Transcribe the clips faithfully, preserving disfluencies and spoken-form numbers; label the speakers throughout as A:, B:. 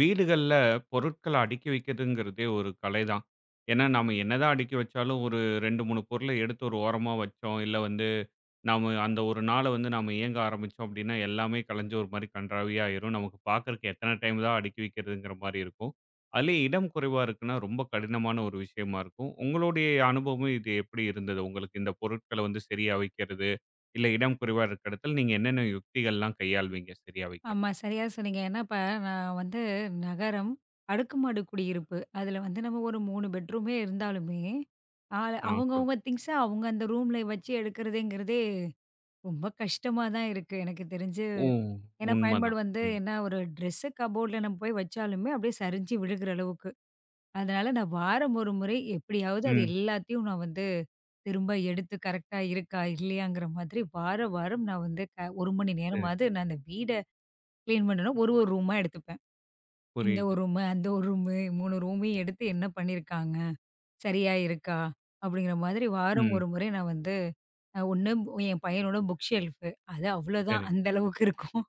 A: வீடுகள்ல பொருட்கள அடுக்கி வைக்கிறதுங்கிறதே ஒரு கலைதான். ஏன்னா, நாம என்னதான் அடுக்கி வச்சாலும் ஒரு ரெண்டு, மூணு பொருள எடுத்து ஒரு ஓரமா வச்சோம். இல்ல வந்து நாம அந்த ஒரு நாள வந்து நாம இயங்க ஆரம்பிச்சோம் அப்படின்னா, எல்லாமே கலைஞ்சு ஒரு மாரி கண்றாவியா ஆயிரும். நமக்கு பார்க்கறக்கு எத்தன டைம் தான் அடுக்கி வைக்கிறதுங்கிற மாரி இருக்கும். அதுலயும் இடம் குறைவா இருக்குன்னா, ரொம்ப கடினமான ஒரு விஷயமா இருக்கும். உங்களுடைய அனுபவம் இது எப்படி இருந்தது? உங்களுக்கு இந்த பொருட்கள வந்து சரியா வைக்கிறது, இல்ல இடம் குறைவா இருக்க இடத்துல நீங்க என்னென்ன யுக்திகள்லாம் கையாள்வீங்க சரியா வைக்கிறதுக்கு?
B: ஆமா. சரியா சொன்னீங்க. ஏன்னா, இப்ப நான் வந்து நகரம், அடுக்குமாடி குடியிருப்பு. அதுல வந்து நம்ம ஒரு மூணு பெட்ரூமே இருந்தாலுமே, ஆள்
A: ஆ.
B: அவங்கவங்க திங்க்ஸ அவங்க அந்த ரூம்ல வச்சு எடுக்கிறதுங்கிறதே ரொம்ப கஷ்டமா தான் இருக்கு, எனக்கு தெரிஞ்சு.
A: ஓ!
B: ஏன்னா, பயன்பாடு
A: உண்மதான்.
B: வந்து
A: ம்.
B: என்ன ஒரு ட்ரெஸ்ஸு கபோர்ட்ல நம்ம போய் வச்சாலுமே அப்படியே சரிஞ்சு விழுகிற அளவுக்கு. அதனால நான் வாரம் ஒரு முறை எப்படியாவது அது
A: ம்.
B: எல்லாத்தையும் நான் வந்து திரும்ப எடுத்து கரெக்ட்டா இருக்கா, இல்லையாங்கிற மாதிரி வார வாரம் நான் வந்து க ஒரு மணி
A: சரி,
B: நேரமாவது
A: சரி.
B: நான் அந்த வீட கிளீன் பண்ணணும். ஒரு ஒரு ரூமா எடுத்துப்பேன். இந்த
A: புரியுது.
B: ஒரு ரூமு, அந்த ஒரு ரூமு மூணு ரூமையும் எடுத்து என்ன பண்ணியிருக்காங்க? சரியா இருக்கா? அப்படிங்கிற மாதிரி வாரம்
A: ம்.
B: ஒரு முறை நான் வந்து அ ஒண்ணு என் பையனோட புக் ஷெல்ஃப் அது அவ்வளோதான்
A: சரி.
B: அந்த அளவுக்கு இருக்கும்.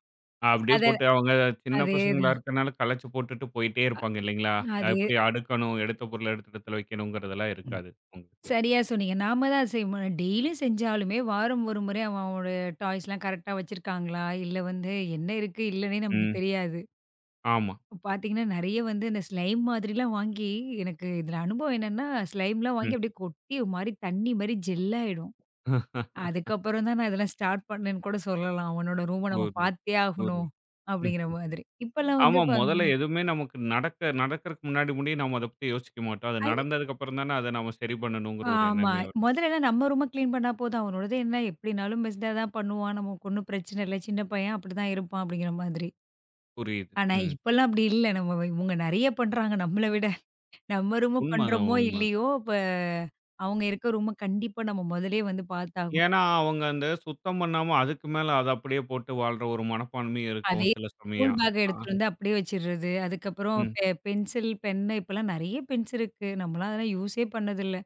A: அப்படியே
B: அத.
A: போட்டு அவங்க சின்ன பசங்களா
B: அதேதான்.
A: இருக்கனால கலச்சு போட்டுட்டு போயிட்டே இருப்பாங்க இல்லைங்களா?
B: அதே.
A: எப்படி அடுக்கணும், எடுத்த பொருள எடுத்த இடத்துல வைக்கணுங்கிறதெல்லாம்
B: ம்.
A: இருக்காது உங்களுக்கு.
B: சரியா சொன்னீங்க. நாம தான் அது செய்ய டெய்லியும் செஞ்சாலுமே வாரம் ஒரு முறை அவன் அவனோட டாய்ஸ்லாம் கரெக்ட்டா வச்சிருக்காங்களா? இல்ல வந்து என்ன இருக்கு? இல்லன்னே நமக்கு
A: ம்.
B: தெரியாது.
A: ஆமா.
B: பார்த்தீங்கன்னா, நெறைய வந்து இந்த ஸ்லைம் மாதிரிலாம் வாங்கி எனக்கு இதுல அனுபவம் என்னன்னா, ஸ்லைம்லாம்
A: ம்.
B: வாங்கி அப்படியே கொட்டி ஒரு மாரி தண்ணி மாரி ஜெல் ஆயிடும். அதுக்கப்புறம் தான் நான் இதெல்லாம் ஸ்டார்ட் பண்ணேன்னு கூட சொல்லலாம். "உன்னோட ரூம நம்ம
A: புரியுது,
B: பார்த்தே ஆகணும்."
A: புரியுது. ம்.
B: அப்படிங்கிற மாதிரி. இப்பலாம் வந்து
A: ஆமா,
B: இப்ப
A: முதல்ல எதுவுமே நமக்கு நடக்க நடக்கறக்கு முன்னாடி முடிய நாம அத பத்தி யோசிக்க மாட்டோம். அது
B: ஐ
A: நடந்ததுக்கு அப்புறம் தானே அத நாம சரி பண்ணணுங்கிற ஒரு
B: ஆமா.
A: எண்ணமே வரும்.
B: முதல்லலாம் நம்ம ரூம கிளீன் பண்ணா போதும். அவனோடது என்ன எப்படினாலும் பெஸ்ட்டா தான் பண்ணுவான். நமக்கு ஒண்ணும் பிரச்சனை இல்ல. சின்ன பையன் அப்படிதான் இருப்பான் அப்படிங்கிற மாதிரி.
A: புரியுது.
B: ஆனா
A: ம்.
B: இப்பலாம் அப்படி இல்ல. நம்ம இவங்க நெறைய பண்றாங்க நம்மள விட. நம்ம ரூம
A: உண்மதான்,
B: பண்றோமோ
A: உண்ம.
B: இல்லையோ, இப்ப அவங்க இருக்க ரூம கண்டிப்பா நம்ம முதல்லயே வந்து பார்த்தாகணும்.
A: ஏன்னா, அவங்க அந்த சுத்தம் பண்ணாம அதுக்கு மேல அத அப்படியே போட்டு வாழ்ற ஒரு மனப்பான்மையும்
B: அதே
A: இருக்கும் சில
B: ஸ்கூல்
A: சமயம்.
B: பேக்
A: ஆ,
B: எடுத்துட்டு வந்து அப்படியே வச்சிடுறது. அதுக்கப்புறம்
A: ம்.
B: பெ பென்சில், பென்னு இப்பலாம் நெறைய பென்ஸ் இருக்கு. நம்மலாம் அதெல்லாம் யூஸே பண்ணதில்ல.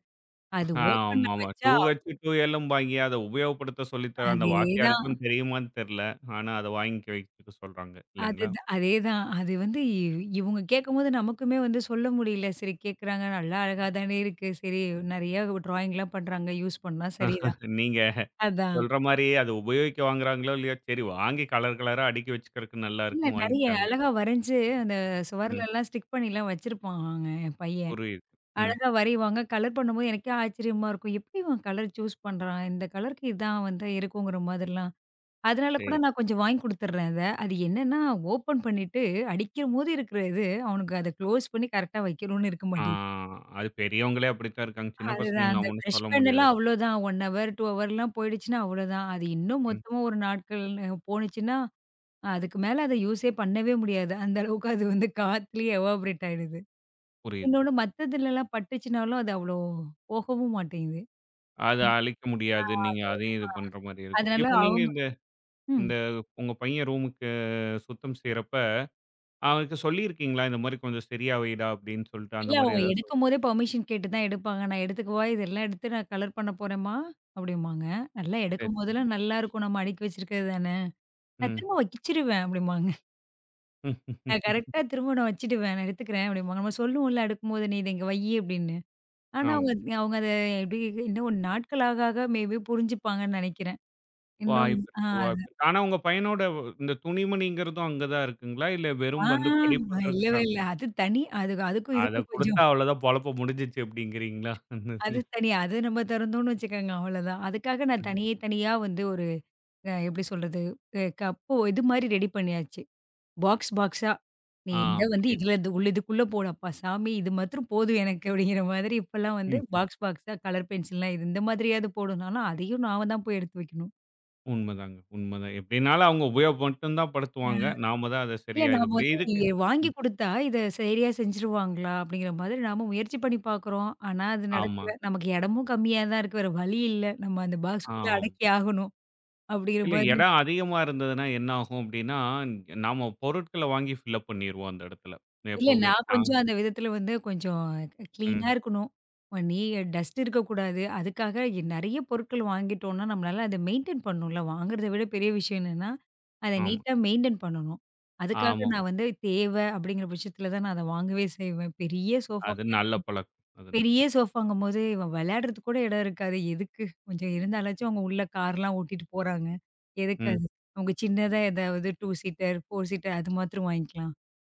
B: அது ஓப்பன்ல
A: ஆமாமா.
B: வச்சா
A: 2H2Lம்பாய்ங்க அத உபயோகப்படுத்த சொல்லி தர அந்த
B: அதேதான்.
A: வாத்தியாருக்கும் தெரியுமான்னு தெரியல. ஆனா, அத வாங்கிக்க வைச்சுக்க சொல்றாங்க இல்லைங்களா?
B: அதுதான் அதேதான். அது வந்து இ இவுங்க கேட்கும்போது நமக்குமே வந்து சொல்ல முடியல. சரி கேட்குறாங்க, நல்லா அழகா தானே இருக்கு. சரி நெறையா டிராயிங்லாம் பண்றாங்க. யூஸ் பண்ணா சரிதான்.
A: நீங்க
B: அதான்.
A: சொல்ற மாரி அத உபயோகிக்க வாங்குறாங்களோ இல்லையோ, சரி வாங்கி கலர் கலரா அடுக்கி வச்சுக்கிறதுக்கு நல்லா
B: இல்ல
A: இருக்குன்னு
B: நெறைய
A: வாங்கிக்கிறாங்க.
B: அழகா வரைஞ்சு அந்த
A: ம்.
B: சுவர்லலாம் ஸ்டிக் பண்ணிலாம் வச்சிருப்பாங்க என் பையன்.
A: புரியுது. ம்.
B: அழகா வரைவாங்க. கலர் பண்ணும்போது எனக்கே ஆச்சரியமா இருக்கும். எப்படி இவன் கலர் சூஸ் பண்றான்? இந்த கலருக்கு இதான் வந்து இருக்குங்கிற மாதிரிலாம். அதனால கூட
A: சரி.
B: நான் கொஞ்சம் வாங்கி குடுத்துடுறேன் அத. அது என்னன்னா, ஓப்பன் பண்ணிட்டு அடிக்கும்போது இருக்கிற இது, அவனுக்கு அத க்ளோஸ் பண்ணி கரெக்ட்டா வைக்கணும்னு இருக்க
A: ஆ
B: மாட்டேங்குது.
A: அது பெரியவங்களே அப்படித்தான் இருக்காங்க. சின்ன பசங்கள
B: அதுதான் அந்த
A: நாம ஒண்ணும்
B: பிரஷ்
A: சொல்ல முடியாது.
B: பென்லாம் அவ்வளோதான். ஒரு ஹவர், ரெண்டு ஹவர்லாம் போயிடுச்சுன்னா அவ்வளோதான். அது இன்னும்
A: ம்.
B: மொத்தமா ஒரு நாட்கள் போணுச்சுன்னா, அதுக்கு மேல அத யூஸே பண்ணவே முடியாது. அந்த அளவுக்கு அது வந்து காத்துலயே எவாப்ரேட் ஆயிடுது.
A: புரியுது.
B: இன்னொன்னு மத்ததுலலாம் பட்டுச்சுனாலும் அது அவ்வளோ போகவும் மாட்டேங்குது.
A: அத அழிக்க முடியாது. நீங்க அதையும் இது பண்ற மாரி இருக்கும்.
B: அதனால
A: இப்ப நீங்க
B: அவங்க
A: இந்த
B: ம்.
A: இந்த உங்க பையன் ரூமுக்கு சுத்தம் செய்றப்ப, அவனுக்கு சொல்லியிருக்கீங்களா? இந்த மாரி கொஞ்சம் சரியா வைடா அப்படின்னு சொல்லிட்டு
B: இல்ல
A: அந்த மாரி
B: அவங்க
A: ஏதாவது சொல்
B: எடுக்கும்போதே பெர்மிஷன் கேட்டு தான் எடுப்பாங்க. நான் எடுத்துக்கவா? இதெல்லாம் எடுத்து நான் கலர் பண்ண போறேம்மா! அப்டிம்பாங்க. நல்லா
A: சரி, சரி.
B: எடுக்கும்போதெல்லாம் நல்லாருக்கும். நம்ம அடுக்கி வச்சிருக்கிறது தானே! நான்
A: ம்.
B: திரும்ப வச்சிருவேன் அப்டிம்பாங்க. நான் கரெக்ட்டா திரும்ப நான் வச்சுடுவேன். நான் எடுத்துக்கிறேன் அப்டிம்பாங்க. நம்ம சொல்லுவோம்ல அடுக்கும்போது, "நீ இத இங்க வையி" அப்டின்னு. ஆனா
A: ஆமா.
B: அவங்க அவங்க அத எப்டி இன்னும் ஒரு நாட்கள் ஆக ஆக மேபி புரிஞ்சுப்பாங்கன்னு நெனைக்கிறேன். இன்னும்
A: வாய்ப்பு
B: ஆ
A: இருக்கு,
B: அது
A: வாய்ப்பு இருக்கு. ஆனா உங்க பையனோட இந்த துணிமணிங்கிறதும் அங்க தான் இருக்குங்களா? இல்ல
B: ஆ
A: வெறும் வந்து படிப்பதற்கு
B: இல்லவே
A: சார்ந்து
B: இல்ல. அது தனி. அது அதுக்கும்
A: அத
B: இதுக்கும் கொஞ்சம்
A: குடுத்தா அவ்வளோதான் பொழப்பு முடிஞ்சிச்சு அப்படிங்கிறீங்களா? அந்த
B: அது தனி. அது நம்ம திறந்தோம்னு வச்சுக்கோங்க அவ்வளதான். அதுக்காக நான்
A: இதுல.
B: தனியே தனியா வந்து ஒரு அ எப்படி சொல்றது? அ கப்பு இது மாரி ரெடி பண்ணியாச்சு. பாக்ஸ் பாக்ஸா. நீ
A: ஆ
B: இத வந்து
A: புரியுது.
B: இதுல இது உள்ள இதுக்குள்ள போடு அப்பா சாமி! இது மாத்திரம் போதும் எனக்கு அப்படிங்கிற மாதிரி இப்பலாம் வந்து
A: ம்.
B: பாக்ஸ் பாக்ஸா கலர் பென்சில்லாம் இது இந்த மாதிரியாவது போடுனாலும், அதையும் நாம தான் போய் எடுத்து வைக்கணும்.
A: உண்மதாங்க, உண்மதான். எப்படினாலும் அவங்க உபயோகப்படுத்தும் தான் படுத்துவாங்க.
B: அ.
A: நாம தான் அத
B: இல்ல
A: சரியா இது
B: நாம
A: பண்ணி
B: வந்து
A: இதுக்கு
B: எ வாங்கி குடுத்தா இத சரியா செஞ்சுருவாங்களா? அப்படிங்கிற மாதிரி நாம முயற்சி பண்ணி பார்க்குறோம். ஆனா அது
A: ஆமா.
B: நடக்கல. நமக்கு இடமும் கம்மியா தான் இருக்கு. வேற வழி இல்ல. நம்ம அந்த பாக்ஸ்க்குள்ள
A: ஆம்.
B: அடக்கி ஆகணும். அப்படிங்கிற
A: இல்ல
B: மாதிரி
A: இடம் அதிகமா இருந்ததுன்னா என்ன ஆகும் அப்டின்னா, நாம பொருட்கள வாங்கி ஃபில்லப் பண்ணிருவோம் அந்த இடத்துல.
B: இல்ல
A: எப்பவுமே.
B: நான்
A: ஆ
B: கொஞ்சம் அந்த விதத்துல வந்து கொஞ்சம்
A: ம்.
B: கிளீனா இருக்கணும். நீ டஸ்ட் இருக்கக்கூடாது. அதுக்காக நெறைய பொருட்கள் வாங்கிட்டோம்னா, நம்மளால அத மெயின்டெயின் பண்ணணும்ல. வாங்குறத விட பெரிய விஷயம் என்னன்னா, அத
A: ஆமா,
B: நீட்டா மெயின்டெயின் பண்ணணும். அதுக்காக
A: ஆமா.
B: நான் வந்து தேவை அப்படிங்கிற பட்சத்துல தான் நான் அத வாங்கவே செய்வேன். பெரிய சோஃபா
A: அது நல்ல பழக்கம். அதனால.
B: பெரிய சோஃபாங்கும்போது இவன் விளையாடுறதுக்கு கூட இடம் இருக்காது. எதுக்கு? கொஞ்சம் இருந்தாலாச்சும் அவங்க உள்ள கார்லாம் ஓட்டிட்டு போறாங்க. எதுக்கு
A: ம்.
B: அது? அவங்க சின்னதா ஏதாவது ரெண்டு சீட்டர், நாலு சீட்டர் அது மாத்திரம் வாங்கிக்கலாம்.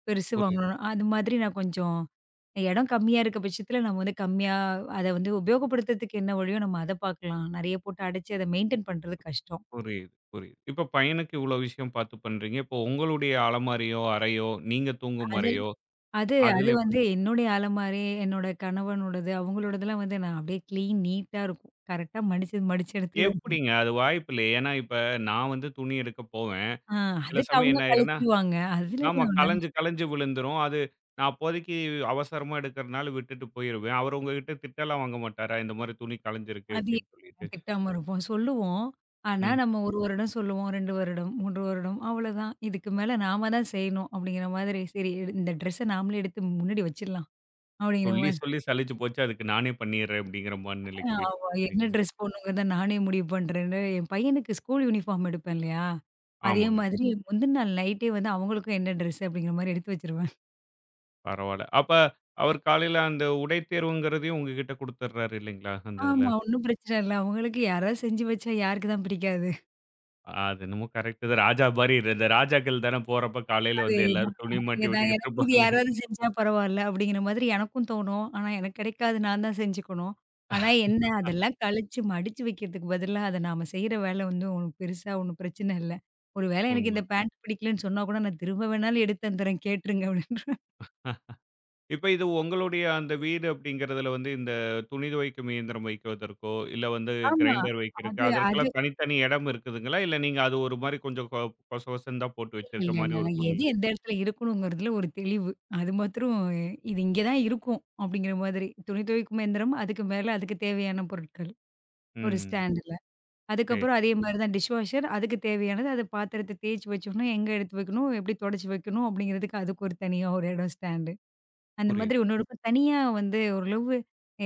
B: பெருசு
A: புரியுது,
B: வாங்கணும். அது மாதிரி நான் கொஞ்சம் இடம் கம்மியா இருக்க பட்சத்தில நம்ம வந்து கம்மியா அத வந்து உபயோகப்படுத்துறதுக்கு என்ன வழியோ நம்ம அத பார்க்கலாம். நெறைய போட்டு அடைச்சு அத மெயின்டெயின் பண்றது கஷ்டம்.
A: புரியுது, புரியுது. இப்ப பையனுக்கு இவ்ளோ விஷயம் பார்த்து பண்றீங்க. இப்போ உங்களுடைய அலமாரியோ, அறையோ, நீங்க தூங்கும்
B: அதில்
A: அறையோ,
B: அது அது
A: அதுல எப்படி?
B: வந்து என்னுடைய அலமாரி, என்னோட கணவனோடது, அவங்களோடதெல்லாம் வந்து நான் அப்படியே கிளீன் நீட்டா இருக்கும். கரெக்ட்டா மடிச்சது மடிச்ச இடத்துல இருக்கும்.
A: எப்படிங்க? அது வாய்ப்பு இல்லையே. ஏன்னா, இப்ப நான் வந்து துணி எடுக்க போவேன்.
B: ஆ
A: சில
B: அதுக்கு
A: சமயம்
B: அவங்க
A: என்ன ஆயிரும்னா
B: கழிச்சிடுவாங்க. அதுல
A: ஆமா. கலஞ்சு கலஞ்சு விழுந்துரும். அது நான் அப்போதைக்கு அவசரமா எடுக்கிறனால விட்டுட்டு போயிருவேன். அவரு உங்ககிட்ட திட்டலாம் வாங்க மாட்டாரா? இந்த மாரி துணி கலஞ்சிருக்கு
B: அது
A: அப்டின்னு சொல்லிட்டு.
B: கட்டாம இருப்போம். சொல்லுவோம். ஆனா,
A: ம்.
B: நம்ம ஒரு வருடம் சொல்லுவோம், ரெண்டு வருடம், மூணு வருடம் அவ்வளோதான். இதுக்கு மேல நாம தான் செய்யணும் அப்படிங்கிற மாதிரி, சரி எடு- இந்த ட்ரெஸ்ஸ நாமளே எடுத்து முன்னாடி வச்சிடலாம் அப்படிங்கிற
A: சொல்லி
B: மாரி.
A: சொல்லி சலிச்சு போச்சு. அதுக்கு நானே பண்ணிர்றேன் அப்படிங்கிற மனநிலைக்கு
B: ஆமா.
A: போயிட்டீங்க
B: என்ன
A: இல்லைங்களா?
B: ட்ரெஸ் போடணுங்கிறத நானே முடிவு பண்றேன்னு, என் பையனுக்கு ஸ்கூல் யூனிஃபார்ம் எடுப்பேன் இல்லையா? அதே
A: ஆமாங்க.
B: மாதிரி ம். முந்தின நாள் நைட்டே வந்து அவங்களுக்கும் என்ன ட்ரெஸ் அப்படிங்கிற மாரி எடுத்து வச்சுருவேன்.
A: பரவால்ல. அப்ப அவர் காலையில அந்த உடை தேர்வுங்கிறதையும் உங்ககிட்ட குடுத்துர்றாரு இல்லைங்களா? அந்த
B: ஆமா.
A: இதுல.
B: ஒண்ணும் பிரச்சனை இல்ல. அவங்களுக்கு யாராவது செஞ்சு வச்சா யாருக்கு தான் பிடிக்காது?
A: அது என்னமோ கரெக்ட் தான். ராஜா மாரி இந்த ராஜாக்கள் தானே போறப்ப காலையில வந்து
B: அதேதான்,
A: எல்லாரும் துணி மாட்டி
B: அதேதான்.
A: விட்டுக்கிட்டு
B: எனக்கு இது
A: இருப்பாங்க.
B: யாராவது செஞ்சா பரவால்ல, அப்படிங்கிற மாதிரி எனக்கும் தோணும். ஆனா எனக்கு கிடைக்காது. நான் தான் செஞ்சுக்கணும். ஆனா என்ன அதெல்லாம் கழிச்சு மடிச்சு வைக்கிறதுக்கு பதிலா, அத நாம செய்ற வேலை வந்து உனக்கு பெருசா ஒண்ணும் பிரச்சனை இல்ல. ஒரு வேளை எனக்கு
A: உண்ம.
B: இந்த பேண்ட் பிடிக்கலன்னு சொன்னா கூட, நான் திரும்ப வேணாலும் எடுத்து தந்துர்றேன் கேட்டுருங்க அப்படின்ருவேன்.
A: இப்ப இது உங்களுடைய அந்த வீடு அப்படிங்கிறதுல வந்து இந்த துணி துவைக்கும் இயந்திரம் வைக்கிறதற்கோ, இல்ல வந்து
B: ஆமா.
A: கிரைண்டர் வைக்கிறக்கு,
B: அது அது
A: அதற்கெல்லாம் தனித்தனி இடம் இருக்குதுங்களா? இல்ல நீங்க அது ஒரு மாரி கொஞ்சம் கொ கொசகொசன்னு தான் போட்டு
B: இல்ல,
A: வச்சிருக்க
B: இல்ல, இல்ல.
A: மாரி
B: இல்ல.
A: ஒரு
B: எது
A: சூழ்நிலை.
B: எந்த இடத்துல இருக்கணுங்கிறதுல ஒரு தெளிவு. அது மாத்திரம் இது இங்க தான் இருக்கும் அப்படிங்கிற மாதிரி. துணி துவைக்கும் எந்திரம், அதுக்கு மேல அதுக்கு தேவையான பொருட்கள். ஒரு
A: ம்.
B: ஸ்டாண்டுல.
A: சரி,
B: அதுக்கப்புறம் அதே மாரி தான் டிஷ் வாஷர். அதுக்கு தேவையானது அது பாத்திரத்த தேய்ச்சு வச்சுக்கணும், எங்க எடுத்து வைக்கணும், எப்படி தொடச்சு வைக்கணும் அப்படிங்கிறதுக்கு அதுக்கு ஒரு தனியா ஒரு இடம் ஸ்டாண்டு. அந்த
A: புரியுது.
B: மாதிரி ஒண்ணு இருக்கும். தனியா வந்து ஓரளவு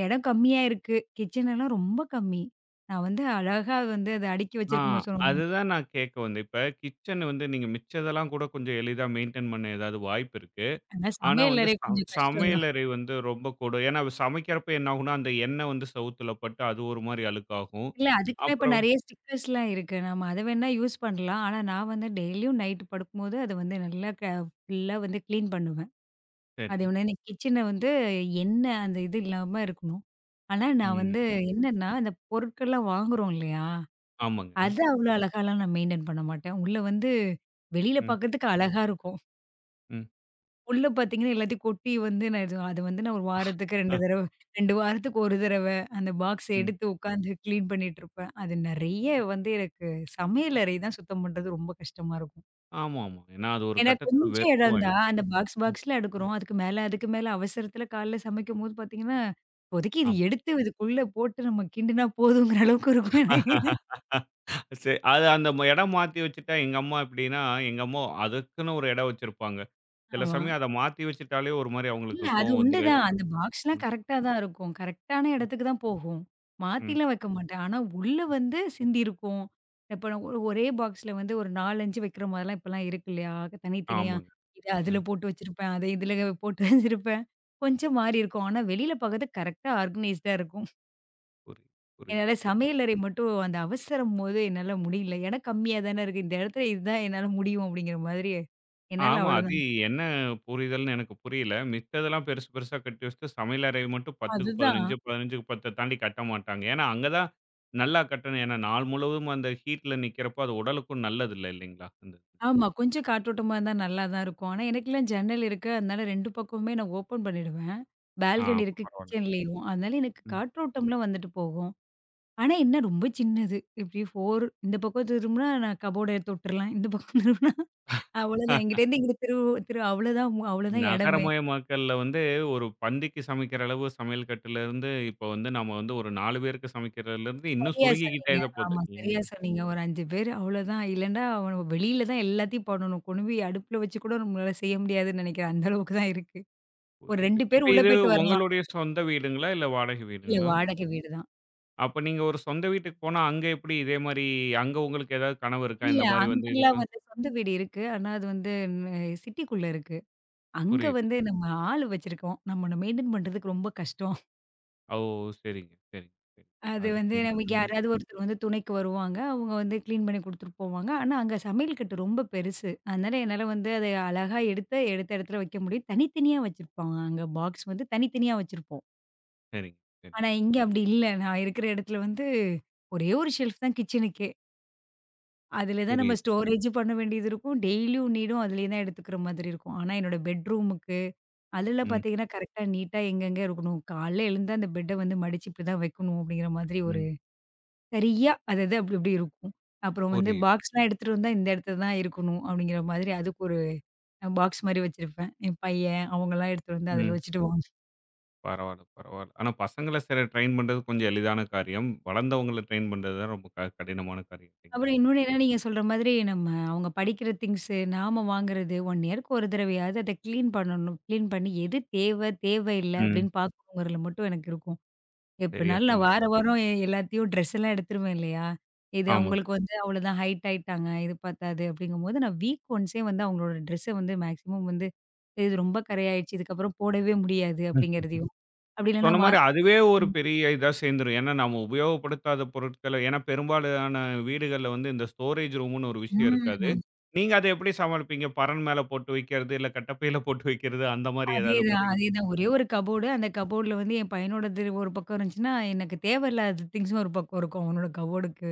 B: இடம் கம்மியா இருக்கு. கிச்சன் எல்லாம் ரொம்ப கம்மி. நான் வந்து அழகா வந்து அத அடுக்கி
A: ஆ
B: வச்சிருக்கும்போது சொல்லுவாங்க.
A: அதுதான் நான் கேட்க வந்தேன். இப்ப கிச்சன் வந்து நீங்க மிச்சதெல்லாம் கூட கொஞ்சம் எளிதா மெயின்டெயின் பண்ண ஏதாவது வாய்ப்பு இருக்கு.
B: ஆனா
A: ஆனா
B: சமையல்
A: வந்து
B: அறை
A: ச
B: கொஞ்சம் கஷ்டம் தான்.
A: சமையலறை வந்து ரொம்ப கொடு ஏன்னா சமைக்கிறப்ப என்ன ஆகும்னா, அந்த எண்ணெய் வந்து செவுத்துல பட்டு அது ஒரு மாரி அழுக்காகும்.
B: இல்ல அதுக்கெல்லாம் இப்ப
A: அப்புறம்
B: நெறைய ஸ்டிக்கர்ஸ்லாம் இருக்கு. நம்ம அத வேணா யூஸ் பண்ணலாம். ஆனா நான் வந்து டெய்லியும் நைட் படுக்கும்போது அத வந்து நல்லா க ஃபுல்லா வந்து கிளீன் பண்ணுவேன். அது
A: சரி.
B: ஒண்ணு இந்த கிச்சன வந்து என்ன அந்த இது இல்லாம இருக்கணும். ஆனா நான்
A: ம்.
B: வந்து ம். என்னன்னா, அந்த பொருட்கள்லாம் வாங்குறோம் இல்லையா?
A: ஆமாங்க.
B: அத அவ்வளோ அழகாலாம் நான் மெயின்டெயின் பண்ண மாட்டேன். உள்ள வந்து வெளியில
A: ம்.
B: பார்க்கறதுக்கு அழகா இருக்கும்.
A: ம்.
B: உள்ள பார்த்தீங்கன்னா, எல்லாத்தையும் கொட்டி வந்து நான் இது அது வந்து நான் ஒரு வாரத்துக்கு ரெண்டு
A: அ,
B: தடவ ரெண்டு வாரத்துக்கு ஒரு தடவ அந்த பாக்ஸ
A: ம்.
B: எடுத்து உட்காந்து கிளீன் பண்ணிட்டு இருப்பேன். அது நெறைய வந்து எனக்கு சமையலறை தான் சுத்தம் பண்றது ரொம்ப கஷ்டமா இருக்கும்.
A: ஆமாமா. ஏன்னா அது ஒரு
B: ஏன்னா
A: கட்டத்தில
B: கொஞ்சம் இடம்
A: வெறுப்பாயிரும்.
B: தான். அந்த பாக்ஸ்
A: ம்.
B: பாக்ஸ்ல எடுக்குறோம். அதுக்கு மேல அதுக்கு மேல அவசரத்துல காலைல சமைக்கும்போது பாத்தீங்கன்னா, இப்போதைக்கு இது
A: ஆமா.
B: எடுத்து இதுக்குள்ள போட்டு நம்ம கிண்டுனா போதுங்கிற அளவுக்கு இருக்கும் எனக்கு.
A: சரி. அது அந்த ம இடம் மாத்தி வச்சுட்டா எங்க அம்மா எப்படின்னா, எங்க அம்மா அதுக்குன்னு ஒரு இடம் வச்சிருப்பாங்க. சில
B: ஆமா.
A: சமயம் அத மாத்தி வச்சுட்டாலே ஒரு மாரி
B: இல்ல
A: அவங்களுக்கு
B: அது
A: கோவம் வந்துரும்.
B: உண்டுதான்.
A: எதுக்கு
B: அந்த பாக்ஸ்லாம்
A: ம்,
B: கரெக்ட்டா தான் இருக்கும். கரெக்ட்டான
A: ம்,
B: இடத்துக்கு தான் போகும்.
A: ம்.
B: மாத்திலாம் வைக்க மாட்டேன். ஆனா உள்ள வந்து சிந்தியிருக்கும். இப்ப நான் ஒரு ஒரே பாக்ஸ்ல வந்து ஒரு நாலு, அஞ்சு வைக்கிற மாரிலாம் இப்பலாம் இருக்கு இல்லையா? தனித்தனியா.
A: ஆமாங்க.
B: இத அதுல
A: ம்.
B: போட்டு வச்சிருப்பேன். அத இதுல போட்டு வச்சிருப்பேன். கொஞ்சம் மாறி இருக்கும். ஆனா வெளியில பாக்கறதுக்கு கரெக்ட்டா ஆர்கனைஸ்டா இருக்கும்.
A: புரியுது, புரியுது.
B: என்னால சமையலறை மட்டும் அந்த அவசரம்போது என்னால முடியல. இடம் கம்மியா தானே இருக்கு. இந்த இடத்துல இதுதான் என்னால முடியும் அப்படிங்கிற மாதிரி, என்னால
A: ஆமா. அது
B: அவ்வளோதான்.
A: என்ன புரிதல்னு எனக்கு புரியல. மித்ததெல்லாம் பெருசு பெருசா கட்டி வச்சுட்டு, சமையலறை மட்டும் 10க்கு
B: அதுதான்.
A: பதினைஞ்சு, 15க்கு பத்து தாண்டி கட்ட மாட்டாங்க. ஏன்னா, அங்க தான் நல்லா கட்டணும். ஏன்னா, நாள் முழுவதும் அந்த ஹீட்ல நிக்கிறப்போ, அது உடலுக்கும் நல்லதில்ல இல்லைங்களா? அந்த இது.
B: ஆமா. கொஞ்சம் காற்றோட்டமா இருந்தா நல்லா தான் இருக்கும். ஆனா எனக்கெல்லாம் ஜன்னல் இருக்கு. அதனால ரெண்டு பக்கமுமே நான் ஓப்பன் பண்ணிடுவேன்.
A: ஆ
B: பால்கனி
A: அப்ப
B: இருக்கு
A: பரவால்ல.
B: கிச்சன்லேயும். அதனால எனக்கு
A: ம்.
B: காற்றோட்டம்லாம் வந்துட்டு போகும். ஆனா என்ன ரொம்ப சின்னது. இப்படி நாலு இந்த பக்கம் திரும்புனா நான் கபோர்ட தொட்டுறலாம். இந்த பக்கம் திரும்புனா அவ்வளோதான். இங்கிட்டேருந்து இங்கிட்டு திரு திரு அவ்வளோதான் அவ்வளோதான் இடம்.
A: நகரமயமாக்கல்ல வந்து ஒரு பந்திக்கு சமைக்கிற அளவு சமையல் கட்டுலேருந்து, இப்போ வந்து நம்ம வந்து ஒரு நாலு பேருக்கு சமைக்கிறதுலேருந்து இன்னும்
B: சரியா
A: சுருங்கிக்கிட்டே
B: சொன்னீங்க.
A: தான் போகுது.
B: ஆமா, சரியா
A: இல்லைங்களா?
B: சொன்னீங்க. ஒரு அஞ்சு பேர் அவ்வளோதான். இல்லன்னா, அவன் வெளியில தான் எல்லாத்தையும் பண்ணணும். கொண்டு போய் அடுப்புல வச்சு கூட நம்மளால செய்ய முடியாதுன்னு நெனைக்கிறேன். அந்த அளவுக்கு தான் இருக்கு. ஒரு
A: புரியுது.
B: ரெண்டு
A: இப்ப
B: பேர் உள்ள
A: இது
B: போயிட்டு வரலாம்.
A: உங்களுடைய சொந்த வீடுங்களா? இல்ல வாடகை
B: இல்ல
A: வீடுங்களா?
B: வாடகை வீடு தான்.
A: அப்ப நீங்க ஒரு சொந்த வீட்டுக்கு போனா, அங்க எப்படி இதே மாரி அங்க உங்களுக்கு ஏதாவது கனவு இருக்கா?
B: இல்ல
A: இந்த மாரி வந்து
B: அங்கலாம்
A: இதுக்கு
B: வந்து சொந்த வீடு இருக்கு. ஆனா அது வந்து சிட்டிக்குள்ள இருக்கு. அங்க
A: புரியுது.
B: வந்து நம்ம ஆள் வச்சிருக்கோம். நம்ம மெயின்டெயின் பண்றதுக்கு ரொம்ப கஷ்டம்.
A: ஓ! சரிங்க, சரிங்க, சரி.
B: அது
A: அது
B: வந்து
A: கொஞ்சம்
B: நமக்கு
A: கஷ்டமா
B: யாராவது ஒருத்தர் வந்து துணைக்கு வருவாங்க. அவங்க வந்து கிளீன் பண்ணி குடுத்துட்டு போவாங்க. ஆனா, அங்க சமையல் கட்டு ரொம்ப பெருசு. அதனால என்னால வந்து அத அழகா எடுத்து எடுத்த இடத்துல வைக்க முடியும். தனித்தனியா வச்சிருப்பாங்க. அங்க பாக்ஸ் வந்து தனித்தனியா வச்சிருப்போம்.
A: சரிங்க, சரி.
B: ஆனா, இங்க அப்படி இல்ல. நான் இருக்கிற இடத்துல வந்து ஒரே ஒரு ஷெல்ஃப் தான் கிச்சனுக்கே. அதில தான் நம்ம
A: புரியுது.
B: ஸ்டோரேஜ் பண்ண வேண்டியது இருக்கும். டெய்லியும் நீடும் அதிலேயே தான் எடுத்துக்கிற மாதிரி இருக்கும். ஆனா, என்னோட பெட்ரூமுக்கு அதெல்லாம்
A: ம்,
B: பார்த்தீங்கன்னா, கரெக்ட்டா நீட்டா எங்கெங்க இருக்கணும். காலைல எழுந்து அந்த பெட்ட வந்து மடிச்சு இப்படி தான் வைக்கணும் அப்படிங்கிற மாதிரி ஒரு
A: ம்.
B: சரியா அது அது அப்படி அப்படி இருக்கும். அப்புறம் வந்து
A: புரியுது.
B: பாக்ஸ்லாம் எடுத்துட்டு வந்தா இந்த இடத்துல தான் இருக்கணும் அப்படிங்கிற மாதிரி அதுக்கு ஒரு பாக்ஸ் மாரி வச்சிருப்பேன். என் பையன் அவங்கலாம் எடுத்துட்டு வந்து அதில
A: ம்.
B: வச்சுடுவாங்க.
A: பரவால்ல, பரவால்ல. ஆனா பசங்கள சில ட்ரெயின் பண்றது கொஞ்சம் எளிதான காரியம். வளர்ந்தவங்கள ட்ரெயின் பண்றது தான் ரொம்ப க கடினமான காரியம் இல்லைங்களா?
B: அப்புறம் இன்னொன்னு என்ன நீங்க சொல்ற மாதிரி நம்ம அவங்க படிக்கிற திங்ஸு, நாம வாங்குறது ஒரு இயர்க்கு ஒரு தடவையாவது அத கிளீன் பண்ணணும். கிளீன் பண்ணி எது தேவை, தேவையில்ல
A: ம்.
B: அப்படின்னு பார்க்கணுங்கிறதுல மட்டும் எனக்கு இருக்கும்.
A: சரியா
B: எப்பனாலும் நான்
A: சொன்னீங்க.
B: வார வாரம் எ எல்லாத்தையும் ட்ரெஸ் எல்லாம் எடுத்துருவேன் இல்லையா? இது
A: ஆமாங்க.
B: அவங்களுக்கு வந்து அவ்வளோதான் ஹைட் ஆயிட்டாங்க. இது பத்தாது அப்படிங்கும்போது நான் வீக் ஒன்ஸே வந்து அவங்களோட ட்ரெஸ்ஸ வந்து மேக்ஸிமம் வந்து இது ரொம்ப கரையாயிடுச்சு. இதுக்கப்புறம் போடவே முடியாது அப்படிங்கிறதையும். அப்படி இல்லைன்னா
A: சொன்ன
B: மா
A: மாரி அதுவே ஒரு பெரிய இதா சேர்ந்துரும். ஏன்னா, நம்ம உபயோகப்படுத்தாத பொருட்கள ஏன்னா பெரும்பாலான வீடுகள்ல வந்து இந்த ஸ்டோரேஜ் ரூம்னு ஒரு விஷயம் இருக்காது.
B: ம்.
A: நீங்க அத எப்படி சமாளிப்பீங்க? பரண் மேல போட்டு வைக்கிறது, இல்ல கட்டப்பையில போட்டு வைக்கிறது அந்த மாரி ஏதாவது
B: அதேதான்,
A: முறைகள்?
B: அதேதான். ஒரே ஒரு கபோர்டு. அந்த கபோர்ட்ல வந்து என் பையனோடது ஒரு பக்கம் இருந்துச்சுன்னா, எனக்கு தேவையில்லாத திங்ஸும் ஒரு பக்கம் இருக்கும் அவனோட கபோர்டுக்கு.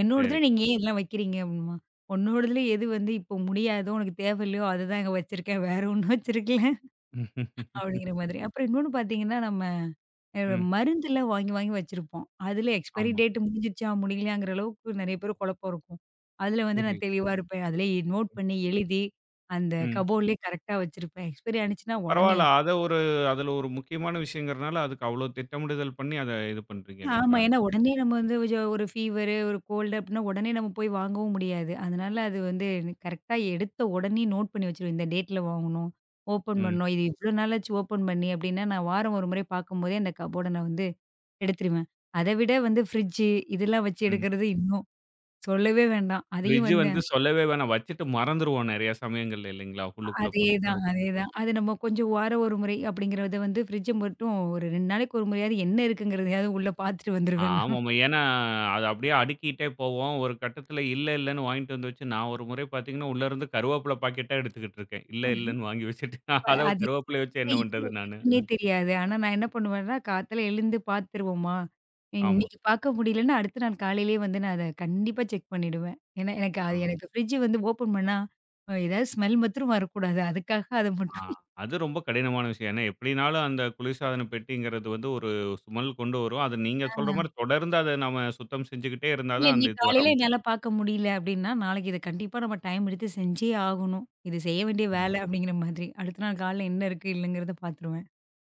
B: என்னோடதுல
A: சரி.
B: நீங்க ஏன் இதெல்லாம் வைக்கிறீங்க? அப்படின்பான். உன்னோடதுல எது வந்து இப்போ முடியாதோ, உனக்கு தேவையில்லையோ அதுதான் இங்க வச்சிருக்கேன். வேற ஒண்ணும் வச்சிருக்கல. அப்படிங்கிற மாதிரி. அப்புறம் இன்னொன்னு பார்த்தீங்கன்னா, நம்ம அ
A: ம்.
B: மருந்தெல்லாம் வாங்கி வாங்கி வச்சிருப்போம். அதுல எக்ஸ்பைரி
A: ஆமா.
B: டேட் முடிஞ்சிருச்சா, முடியலையாங்கிற அளவுக்கு நெறைய பேரு குழப்பம் இருக்கும். அதுல வந்து நான்
A: புரியுது.
B: தெளிவா இருப்பேன். அதுலயே நோட் பண்ணி எழுதி, அந்த
A: ம்.
B: கபோர்ட்லயே கரெக்ட்டா வச்சிருப்பேன். எக்ஸ்பைரி ஆனுச்சுன்னா உடனே
A: பரவால்ல. அத ஒரு அதுல ஒரு முக்கியமான விஷயங்கிறனால, அதுக்கு அவ்ளோ திட்டமிடுதல் பண்ணி அத இது பண்றீங்க
B: ஆமா.
A: இல்லைங்களா?
B: ஏன்னா
A: அந்த-
B: உடனே நம்ம வந்து கொஞ்சம் ஒரு ஃபீவரு, ஒரு கோல்டு அப்படின்னா உடனே நம்ம போய் வாங்கவும் முடியாது. அதனால அது வந்து கரெக்ட்டா எடுத்த உடனே நோட் பண்ணி வச்சுருவேன். இந்த டேட்ல வாங்கணும், ஓப்பன்
A: ம்,
B: பண்ணணும். இது இவ்வளோ நாளாச்சு ஓப்பன் பண்ணி அப்படின்னா, நான் வாரம் ஒரு முறை பார்க்கும்போதே அந்த கபோர்ட நான் வந்து எடுத்துருவேன். அத விட வந்து ஃப்ரிட்ஜ் இதெல்லாம் வச்சு
A: ம்.
B: எடுக்கிறது இன்னும் சொல்லவே வேண்டாம். அதையும்
A: ஃப்ரிட்ஜ்
B: வந்து
A: வந்து சொல்லவே வேணாம். வச்சுட்டு மறந்துருவோம் நெறைய சமயங்கள்ல இல்லைங்களா? உள்ளுக்குள்ள பொருட்கள
B: அதேதான், அதேதான். அது நம்ம கொஞ்சம் வாரம் ஒரு முறை அப்படிங்கிறத வந்து ஃப்ரிட்ஜ மட்டும் ஒரு ரெண்டு நாளைக்கு ஒரு முறையாவது என்ன இருக்குங்கிறதையாவது உள்ள பார்த்துட்டு வந்துருவேன் நான்.
A: ஆமாமா. ஏன்னா, அது அப்படியே அடுக்கிட்டே போவோம். ஒரு கட்டத்தில இல்ல, இல்லன்னு வாங்கிட்டு வந்து வச்சு, நான் ஒரு முறை பார்த்தீங்கன்னா, உள்ளருந்து கருவேப்பில பாக்கெட்டா எடுத்துக்கிட்டு இருக்கேன். இல்ல, இல்லன்னு வாங்கி வச்சுட்டு,
B: அப்ப
A: அத
B: அது
A: கருவேப்பிலைய வச்சு என்ன
B: என்ன
A: பண்றது நானு?
B: இருக்குன்னே தெரியாது. ஆனா நான் என்ன பண்ணுவேன்னா, காத்தால எழுந்து பார்த்துருவோமா,
A: ஆமா.
B: இன்னைக்கு பார்க்க முடியலன்னா அடுத்த நாள் காலையிலேயே வந்து நான் அத கண்டிப்பா செக் பண்ணிடுவேன். ஏன்னா எனக்கு அது
A: ஆமா.
B: எனக்கு ஃப்ரிட்ஜ் வந்து ஓப்பன் பண்ணா, அஹ் ஏதாவது ஸ்மெல் மாத்திரம் வரக்கூடாது. அதுக்காக அத
A: ஆ
B: மட்டும்
A: அது ரொம்ப கடினமான விஷயம். ஏன்னா, எப்படினாலும் அந்த குளிர்சாதன பெட்டிங்கிறது வந்து ஒரு ஸ்மெல் கொண்டு வரும். அது நீங்க சொல்ற மாரி தொடர்ந்து அத நம்ம சுத்தம் செஞ்சுகிட்டே இருந்தா
B: இல்ல
A: தான் அந்த
B: இன்னைக்கு
A: இது
B: காலையில
A: வராம இருக்கும்.
B: என்னால பார்க்க முடியல அப்படின்னா, நாளைக்கு இத கண்டிப்பா நம்ம டைம் எடுத்து செஞ்சே ஆகணும். இது செய்ய வேண்டிய
A: ம்.
B: வேலை அப்படிங்கிற மாதிரி. அடுத்த நாள் காலைல என்ன இருக்கு இல்லங்கிறத பார்த்துருவேன்.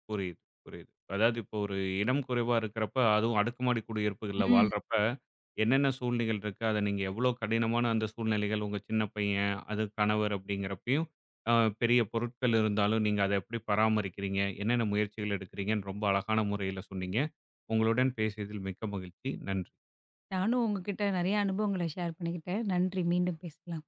A: புரியுது, புரியுது. அதாவது இப்போ ஒரு இடம் குறைவா இருக்கிறப்ப, அதுவும் அடுக்குமாடி குடியிருப்புகள்ல
B: ம்.
A: வாழ்றப்ப, என்னென்ன சூழ்நிலைகள் இருக்கு? அத நீங்க எவ்ளோ கடினமான அந்த சூழ்நிலைகள், உங்க சின்ன பையன், அது கணவர் அப்படிங்கிறப்பயும், அ பெரிய பொருட்கள் இருந்தாலும் நீங்க அத எப்படி பராமரிக்கிறீங்க? என்னென்ன முயற்சிகள் எடுக்கிறீங்கன்னு ரொம்ப அழகான முறையில சொன்னீங்க. உங்களுடன் பேசியதில் மிக்க மகிழ்ச்சி. நன்றி.
B: நானும் உங்ககிட்ட நெறைய அனுபவங்கள ஷேர் பண்ணிக்கிட்டேன். நன்றி. மீண்டும் பேசலாம்.